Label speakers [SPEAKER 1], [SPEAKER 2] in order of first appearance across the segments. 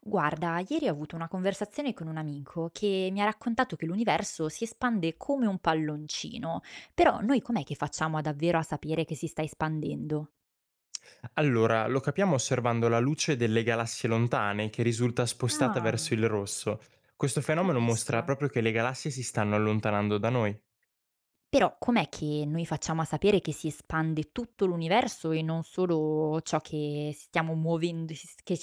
[SPEAKER 1] Guarda, ieri ho avuto una conversazione con un amico che mi ha raccontato che l'universo si espande come un palloncino, però noi com'è che facciamo a davvero a sapere che si sta espandendo?
[SPEAKER 2] Allora, lo capiamo osservando la luce delle galassie lontane che risulta spostata verso
[SPEAKER 1] Ah,
[SPEAKER 2] il rosso. Questo fenomeno mostra
[SPEAKER 1] capisco.
[SPEAKER 2] proprio che le galassie si stanno allontanando da noi.
[SPEAKER 1] Però com'è che noi facciamo a sapere che si espande tutto l'universo e non solo ciò che stiamo muovendo, che,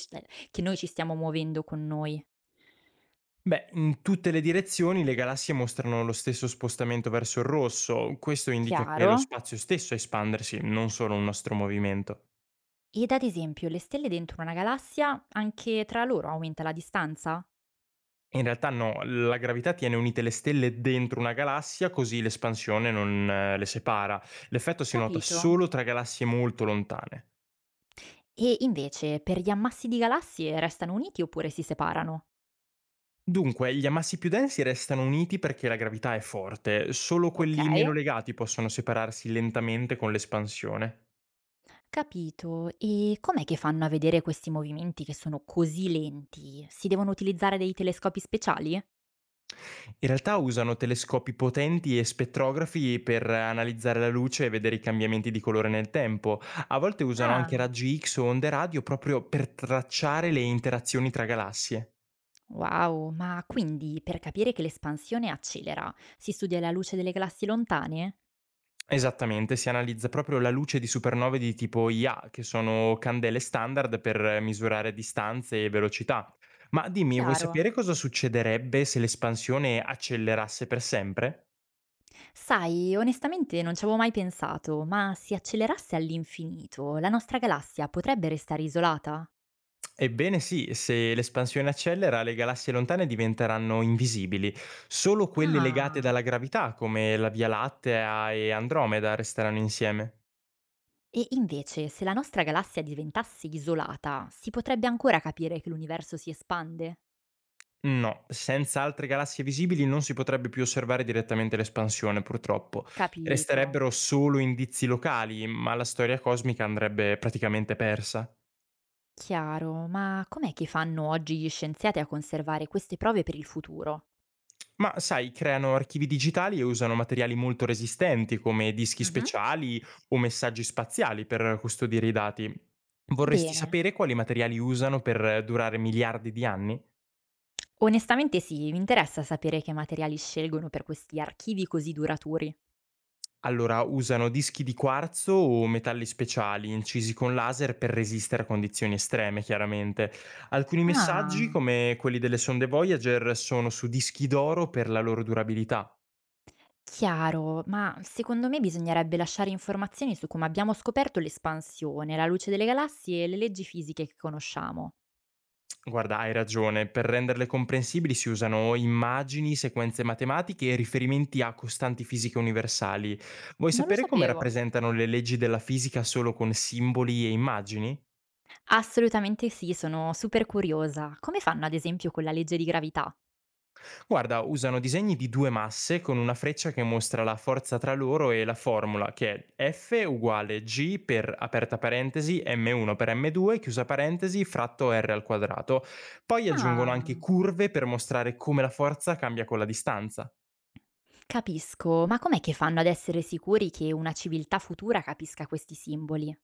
[SPEAKER 1] che noi ci stiamo muovendo con noi?
[SPEAKER 2] Beh, in tutte le direzioni le galassie mostrano lo stesso spostamento verso il rosso, questo indica che è
[SPEAKER 1] Chiaro?
[SPEAKER 2] lo spazio stesso a espandersi, non solo un nostro movimento.
[SPEAKER 1] Ed ad esempio, le stelle dentro una galassia, anche tra loro aumenta la distanza?
[SPEAKER 2] In realtà no, la gravità tiene unite le stelle dentro una galassia così l'espansione non le separa. L'effetto si nota
[SPEAKER 1] Capito.
[SPEAKER 2] solo tra galassie molto lontane.
[SPEAKER 1] E invece, per gli ammassi di galassie restano uniti oppure si separano?
[SPEAKER 2] Dunque, gli ammassi più densi restano uniti perché la gravità è forte, solo
[SPEAKER 1] Ok.
[SPEAKER 2] quelli meno legati possono separarsi lentamente con l'espansione.
[SPEAKER 1] Capito. E com'è che fanno a vedere questi movimenti che sono così lenti? Si devono utilizzare dei telescopi speciali?
[SPEAKER 2] In realtà usano telescopi potenti e spettrografi per analizzare la luce e vedere i cambiamenti di colore nel tempo. A volte usano anche
[SPEAKER 1] Ah,
[SPEAKER 2] raggi X o onde radio proprio per tracciare le interazioni tra galassie.
[SPEAKER 1] wow, ma quindi per capire che l'espansione accelera, si studia la luce delle galassie lontane?
[SPEAKER 2] Esattamente, si analizza proprio la luce di supernove di tipo IA, che sono candele standard per misurare distanze e velocità. Ma dimmi, vuoi
[SPEAKER 1] Chiaro.
[SPEAKER 2] sapere cosa succederebbe se l'espansione accelerasse per sempre?
[SPEAKER 1] Sai, onestamente non ci avevo mai pensato, ma se accelerasse all'infinito, la nostra galassia potrebbe restare isolata?
[SPEAKER 2] Ebbene sì, se l'espansione accelera, le galassie lontane diventeranno invisibili. Solo quelle legate
[SPEAKER 1] Ah.
[SPEAKER 2] dalla gravità, come la Via Lattea e Andromeda, resteranno insieme.
[SPEAKER 1] E invece, se la nostra galassia diventasse isolata, si potrebbe ancora capire che l'universo si espande?
[SPEAKER 2] No, senza altre galassie visibili non si potrebbe più osservare direttamente l'espansione, purtroppo.
[SPEAKER 1] Capito.
[SPEAKER 2] Resterebbero solo indizi locali, ma la storia cosmica andrebbe praticamente persa.
[SPEAKER 1] Chiaro, ma com'è che fanno oggi gli scienziati a conservare queste prove per il futuro?
[SPEAKER 2] Ma sai, creano archivi digitali e usano materiali molto resistenti come dischi
[SPEAKER 1] Mhm.
[SPEAKER 2] speciali o messaggi spaziali per custodire i dati. Vorresti
[SPEAKER 1] Bene.
[SPEAKER 2] sapere quali materiali usano per durare miliardi di anni?
[SPEAKER 1] Onestamente sì, mi interessa sapere che materiali scelgono per questi archivi così duraturi.
[SPEAKER 2] Allora, usano dischi di quarzo o metalli speciali incisi con laser per resistere a condizioni estreme, chiaramente. Alcuni messaggi,
[SPEAKER 1] Ah,
[SPEAKER 2] come quelli delle sonde Voyager, sono su dischi d'oro per la loro durabilità.
[SPEAKER 1] chiaro, ma secondo me bisognerebbe lasciare informazioni su come abbiamo scoperto l'espansione, la luce delle galassie e le leggi fisiche che conosciamo.
[SPEAKER 2] Guarda, hai ragione, per renderle comprensibili si usano immagini, sequenze matematiche e riferimenti a costanti fisiche universali. Vuoi
[SPEAKER 1] Non lo
[SPEAKER 2] sapere come
[SPEAKER 1] sapevo.
[SPEAKER 2] rappresentano le leggi della fisica solo con simboli e immagini?
[SPEAKER 1] Assolutamente sì, sono super curiosa. Come fanno ad esempio con la legge di gravità?
[SPEAKER 2] Guarda, usano disegni di due masse con una freccia che mostra la forza tra loro e la formula, che è F uguale G per aperta parentesi M1 per M2, chiusa parentesi, fratto R al quadrato. Poi aggiungono anche
[SPEAKER 1] Ah,
[SPEAKER 2] curve per mostrare come la forza cambia con la distanza.
[SPEAKER 1] capisco, ma com'è che fanno ad essere sicuri che una civiltà futura capisca questi simboli?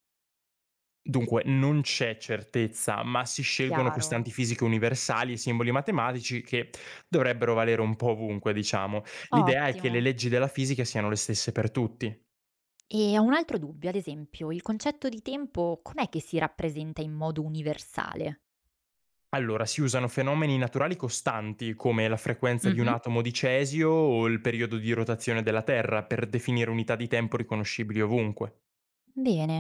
[SPEAKER 2] Dunque, non c'è certezza, ma si scelgono
[SPEAKER 1] Chiaro,
[SPEAKER 2] costanti fisiche universali e simboli matematici che dovrebbero valere un po' ovunque, diciamo. L'idea è che
[SPEAKER 1] ottimo.
[SPEAKER 2] le leggi della fisica siano le stesse per tutti.
[SPEAKER 1] E ho un altro dubbio, ad esempio, il concetto di tempo com'è che si rappresenta in modo universale?
[SPEAKER 2] Allora, si usano fenomeni naturali costanti, come la frequenza di un
[SPEAKER 1] Mhm.
[SPEAKER 2] atomo di cesio o il periodo di rotazione della Terra, per definire unità di tempo riconoscibili ovunque.
[SPEAKER 1] Bene,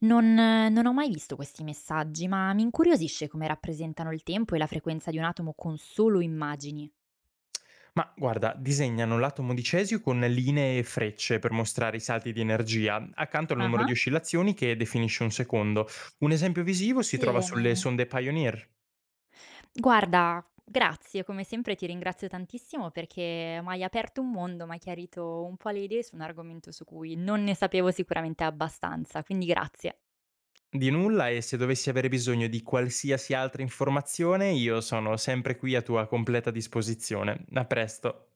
[SPEAKER 1] non ho mai visto questi messaggi, ma mi incuriosisce come rappresentano il tempo e la frequenza di un atomo con solo immagini.
[SPEAKER 2] Ma guarda, disegnano l'atomo di cesio con linee e frecce per mostrare i salti di energia, accanto al numero di
[SPEAKER 1] Ah,
[SPEAKER 2] oscillazioni che definisce un secondo. Un esempio visivo si trova sulle
[SPEAKER 1] bene.
[SPEAKER 2] sonde Pioneer.
[SPEAKER 1] Guarda, grazie, come sempre ti ringrazio tantissimo perché m'hai aperto un mondo, m'hai chiarito un po' le idee su un argomento su cui non ne sapevo sicuramente abbastanza, quindi grazie.
[SPEAKER 2] Di nulla e se dovessi avere bisogno di qualsiasi altra informazione, io sono sempre qui a tua completa disposizione. A presto.